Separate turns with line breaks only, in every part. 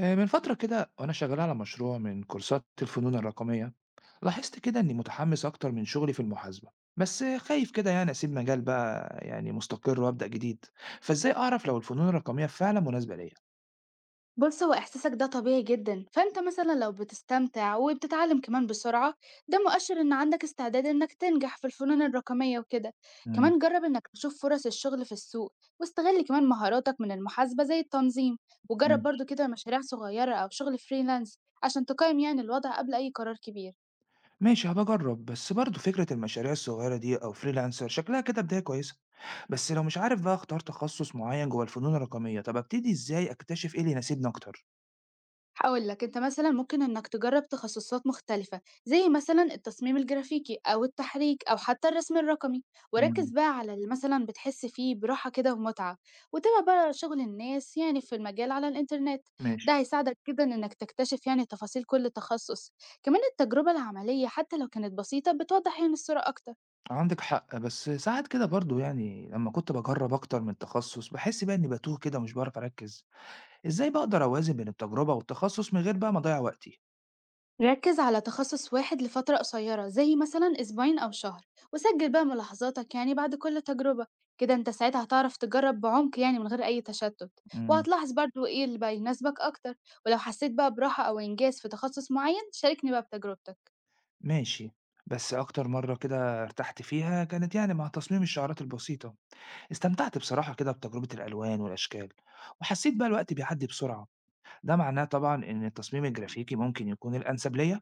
من فترة كده وأنا شغّال على مشروع من كورسات الفنون الرقمية، لاحظت كده إني متحمّس أكتر من شغلي في المحاسبة، بس خايف كده يعني أسيب مجال بقى يعني مستقر وأبدأ جديد، فإزاي أعرف لو الفنون الرقمية فعلًا مناسبة ليّا؟
بُص، هو إحساسك ده طبيعي جدًا، فأنت مثلًا لو بتستمتع وبتتعلم كمان بسرعة، ده مؤشر إن عندك استعداد إنك تنجح في الفنون الرقمية وكده.
إمم،
كمان جرّب إنك تشوف فرص الشغل في السوق، واستغل كمان مهاراتك من المحاسبة زي التنظيم، وجرّب
ماشي.
برضه كده مشاريع صغيرة أو شغل freelance عشان تقيّم يعني الوضع قبل أي قرار كبير.
ماشي هابقى أجرّب، بس برضه فكرة المشاريع الصغيرة دي أو freelancer شكلها كده بداية كويسة، بس لو مش عارف بقى أختار تخصُّص معيّن جوّه الفنون الرقمية، طَب أبتدي إزاي أكتشف إيه اللي يناسبني أكتر؟
هاقول لك أنت مثلًا ممكن إنك تجرّب تخصصات مختلفة، زي مثلًا التصميم الجرافيكي أو التحريك أو حتى الرسم الرقمي، وركّز
إمم،
بقى على اللي مثلًا بتحس فيه براحة كده ومتعة، وتابع بقى شغل الناس يعني في المجال على الإنترنت.
ماشي.
ده هيساعدك جدًا إنك تكتشف يعني تفاصيل كل تخصص، كمان التجربة العملية حتى لو كانت بسيطة بتوضّح يعني الصورة أكتر.
عندِك حق، بس ساعات كده برضه يعني لمّا كنت باجرّب أكتر من تخصُّص، باحس بقى إنّي باتوه كده ومش باعرف أركّز، إزاي بقى أقدر أوازن بين التجربة والتخصُّص من غير بقى ما أضيّع وقتي؟
ركز على تخصص واحد لفترة قصيرة زي مثلا أسبوعين أو شهر، وسجل بقى ملاحظاتك يعني بعد كل تجربة. كده انت ساعتها هتعرف تجرب بعمق يعني من غير أي تشتت،
إمم،
وهتلاحظ برضو ايه اللي بقى يناسبك أكتر. ولو حسيت بقى براحة أو إنجاز في تخصص معين شاركني بقى بتجربتك.
ماشي، بس أكتر مرّة كده ارتحت فيها كانت يعني مع تصميم الشعارات البسيطة، استمتعت بصراحة كده بتجربة الألوان والأشكال، وحسّيت بقى الوقت بيعدّي بسرعة، ده معناه طبعًا إن التصميم الجرافيكي ممكن يكون الأنسب ليّا؟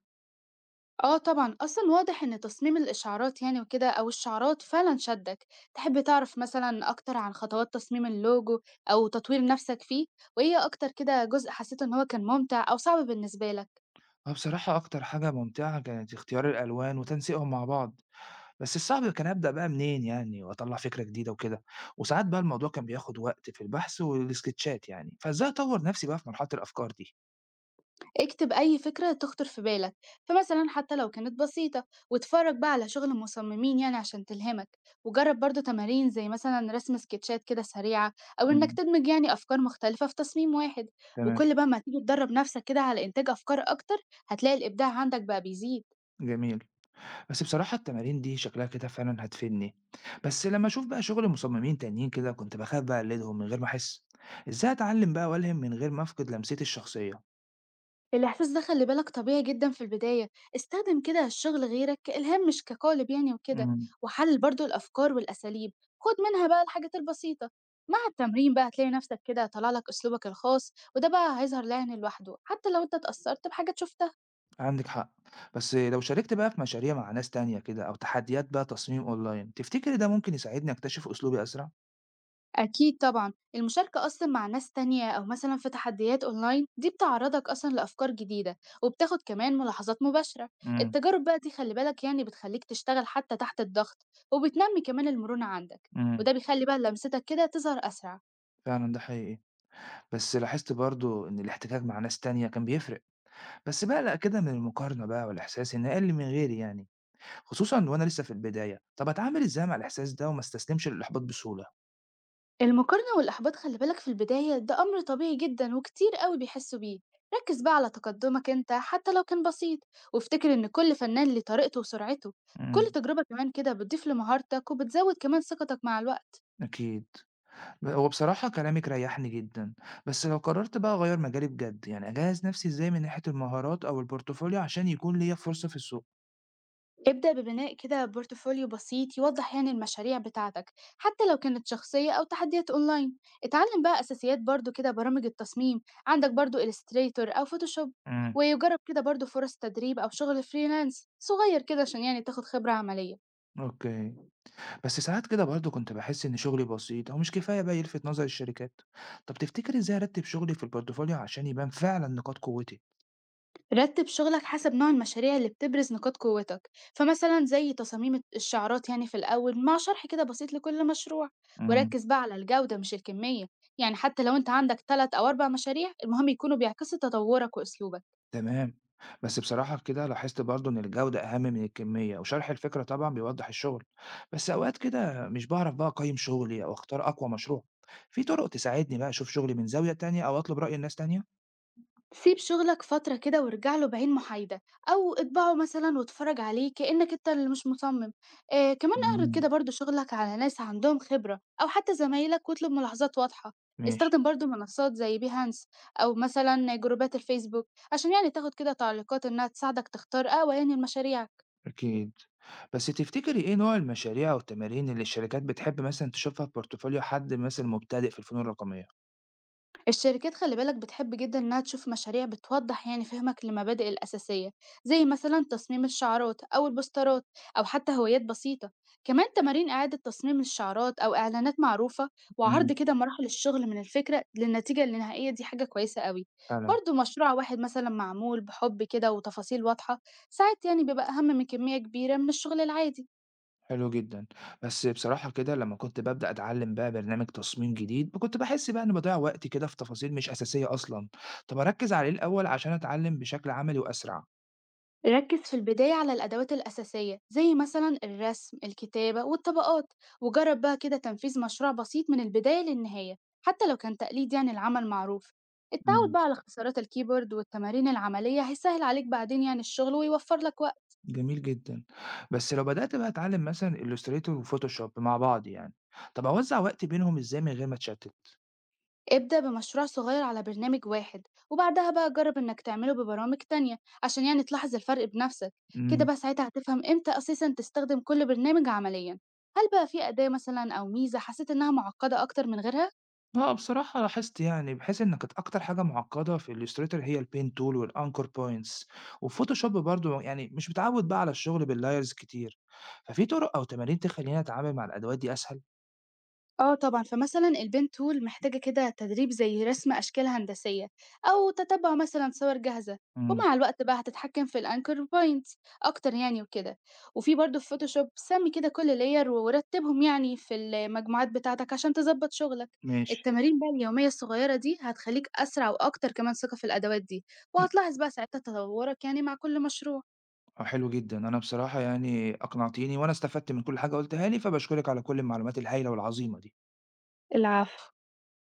اه طبعا أصلا واضح إن تصميم الإشعارات يعني وكده أو الشعارات فعلا شدك. تحب تعرف مثلا أكتر عن خطوات تصميم اللوجو أو تطوير نفسك فيه؟ وإيه أكتر كده جزء حسيت إن هو كان ممتع أو صعب بالنسبة لك؟
وبصراحة أكتر حاجة ممتعة كانت اختيار الألوان وتنسيقهم مع بعض. بس الصعب كان أبدأ بقى منين يعني وأطلّع فكرة جديدة وكده، وساعات بقى الموضوع كان بياخد وقت في البحث والسكتشات يعني، فإزاي أطوّر نفسي بقى في مرحلة الأفكار دي؟
اكتب أي فكرة تخطر في بالك، فمثلا حتى لو كانت بسيطة واتفرج بقى على شغل المصممين يعني عشان تلهمك. وجرب برضو تمارين زي مثلا رسم سكتشات كده سريعة، أو إنك
إمم.
تدمج يعني أفكار مختلفة في تصميم واحد.
تمام،
وكل بقى ما تيجي تدرب نفسك كده على إنتاج أفكار أكتر، هتلاقي الإبداع عندك بقى بيزيد.
جميل. بس بصراحة التمارين دي شكلها كده فعلًا هتفيدني، بس لمّا أشوف بقى شغل مصممين تانيين كده كنت باخاف بقى أقلدهم من غير ما أحس، إزاي أتعلم بقى وألهم من غير ما أفقد لمستي الشخصية؟
الإحساس ده خلّي بالك طبيعي جدًا في البداية، استخدم كده الشغل غيرك كإلهام مش كقالب يعني وكده،
إمم.
وحلّل برضه الأفكار والأساليب، خُد منها بقى الحاجات البسيطة. مع التمرين بقى هتلاقي نفسك كده طلع لك أسلوبك الخاص، وده بقى هيظهر يعني لوحده، حتى لو أنت اتأثّرت بحاجات شُفتها.
عندِك حق، بس لو شاركت بقى في مشاريع مع ناس تانية كده أو تحديات بقى تصميم أونلاين، تفتكري ده ممكن يساعدني أكتشف أسلوبي أسرع؟
أكيد طبعًا، المشاركة أصلًا مع ناس تانية أو مثلًا في تحديات أونلاين دي بتعرّضك أصلًا لأفكار جديدة، وبتاخد كمان ملاحظات مباشرة.
إمم،
التجارب بقى دي خلّي بالك يعني بتخلّيك تشتغل حتى تحت الضغط، وبتنمي كمان المرونة عندك،
إمم.
وده بيخلّي بقى لمستك كده تظهر أسرع.
فعلًا ده حقيقي، بس لاحظت برضه إن الاحتكاك مع ناس تانية كان بيفرق، بس باقلق كده من المقارنة بقى والإحساس إني أقل من غيري يعني، خصوصًا وأنا لسه في البداية، طب أتعامل إزاي مع الإحساس ده وما استسلمش للإحباط بسهولة؟
المقارنة والإحباط خلّي بالك في البداية ده أمر طبيعي جدًا وكتير أوي بيحسّوا بيه، ركّز بقى على تقدمك أنت حتى لو كان بسيط، وافتكر إن كل فنان ليه طريقته وسرعته. كل
إمم،
تجربة كمان كده بتضيف لمهارتك وبتزود كمان ثقتك مع الوقت.
أكيد، هو بصراحة كلامِك ريحني جدًا، بس لو قررت بقى أغير مجالي بجد، يعني أجهز نفسي إزاي من ناحية المهارات أو الportfolio عشان يكون ليّا فرصة في السوق؟
ابدأ ببناء كده بورتفوليو بسيط يوضح يعني المشاريع بتاعتك، حتى لو كانت شخصية أو تحديات أونلاين. اتعلم بقى أساسيات برضو كده برامج التصميم، عندك برضو إليستريتور أو فوتوشوب.
إمم،
ويجرب كده برضو فرص تدريب أو شغل فريلانس صغير كده عشان يعني تاخد خبرة عملية.
أوكي. بس ساعات كده برضه كنت باحس إن شغلي بسيط أو مش كفاية بقى يلفت نظر الشركات، طب تفتكر إزاي أرتب شغلي في البورتفوليو عشان يبان فعلًا نقاط قوتي؟
رتب شغلك حسب نوع المشاريع اللي بتبرز نقاط قوتك، فمثلا زي تصاميم الشعارات يعني في الأول مع شرح كده بسيط لكل مشروع.
امم
وركز بقى على الجودة مش الكمية، يعني حتى لو انت عندك تلات أو أربع مشاريع المهم يكونوا بيعكسوا تطورك وأسلوبك.
تمام، بس بصراحة كده لاحظت برضه إن الجودة أهم من الكمية وشرح الفكرة طبعًا بيوضح الشغل، بس أوقات كده مش بعرف بقى أقيم شغلي أو أختار أقوى مشروع، في طرق تساعدني بقى أشوف شغلي من زاوية تانية أو أطلب رأي ناس تانية؟
سيب شغلك فترة كده وارجع له بعين محايدة، أو اطبعه مثلا واتفرج عليه كأنك انت اللي مش مصمم. آه كمان اعرض كده
امم
برضو شغلك على ناس عندهم خبرة أو حتى زمايلك واطلب ملاحظات واضحة.
ماشي.
استخدم برضو منصات زي بيهانس، أو مثلا جروبات الفيسبوك، عشان يعني تاخد كده تعليقات إنها تساعدك تختار أقوى يعني المشاريع.
أكيد. بس تفتكري إيه نوع المشاريع أو التمارين اللي الشركات بتحب مثلًا تشوفها في بورتفوليو حد مثلًا مبتدئ في الفنون الرقمية؟
الشركات خلي بالك بتحب جدا إنها تشوف مشاريع بتوضح يعني فهمك للمبادئ الأساسية، زي مثلا تصميم الشعارات أو البوسترات، أو حتى هوايات بسيطة. كمان تمارين إعادة تصميم الشعارات أو إعلانات معروفة، وعرض
إمم،
كده مراحل الشغل من الفكرة للنتيجة النهائية دي حاجة كويسة قوي.
فعلًا،
برضو مشروع واحد مثلا معمول بحب كده وتفاصيل واضحة، ساعات يعني بيبقى أهم من كمية كبيرة من الشغل العادي.
حلو جدًا. بس بصراحة كده لمّا كنت بابدأ أتعلم بقى برنامج تصميم جديد، كنت باحس بقى إني باضيّع وقتي كده في تفاصيل مش أساسية أصلًا. طب أركّز على إيه الأول عشان أتعلم بشكل عملي وأسرع؟
ركز في البداية على الأدوات الأساسية زي مثلا الرسم الكتابة والطبقات، وجرب بقى كده تنفيذ مشروع بسيط من البداية للنهاية، حتى لو كان تقليد يعني العمل معروف. التعود
إمم،
بقى على اختصارات الكيبورد والتمارين العملية هيسهل عليك بعدين يعني الشغل ويوفر لك وقت.
جميل جدًا. بس لو بدأت بقى أتعلم مثلًا illustrator وphotoshop مع بعض يعني، طب أوزّع وقتي بينهم إزاي من غير ما أتشتت؟
ابدأ بمشروع صغير على برنامج واحد، وبعدها بقى جرب إنك تعمله ببرامج تانية عشان يعني تلاحظ الفرق بنفسك. كده
إمم.
بقى ساعتها هتفهم إمتى أساسا تستخدم كل برنامج عمليا. هل بقى في أداة مثلا أو ميزة حسيت إنها معقدة أكتر من غيرها؟
آه، بصراحة لاحظت يعني بحيث إن كانت أكتر حاجة معقدة في الإليستريتور هي البين تول والأنكر بوينتس وفوتوشوب برضو يعني مش متعود بقى على الشغل باللايرز كتير ففي طرق أو تمارين تخليني أتعامل مع الأدوات دي أسهل؟
آه طبعًا، فمثلًا البين tool محتاجة كده تدريب زي رسم أشكال هندسية، أو تتبع مثلًا صور جاهزة،
امم
ومع الوقت بقى هتتحكم في الanchor points أكتر يعني وكده. وفي برضه في Photoshop سمي كده كل layer ورتبهم يعني في المجموعات بتاعتك عشان تضبط شغلك.
ماشي
التمارين بقى اليومية الصغيرة دي هتخليك أسرع وأكتر كمان ثقة في الأدوات دي، وهتلاحظ بقى ساعتها تطورك يعني مع كل مشروع.
آه، حلو جدا أنا بصراحة يعني أقنعتيني وأنا استفدت من كل حاجة قلتها لي فبشكرك على كل المعلومات الهائلة والعظيمة دي
العفو.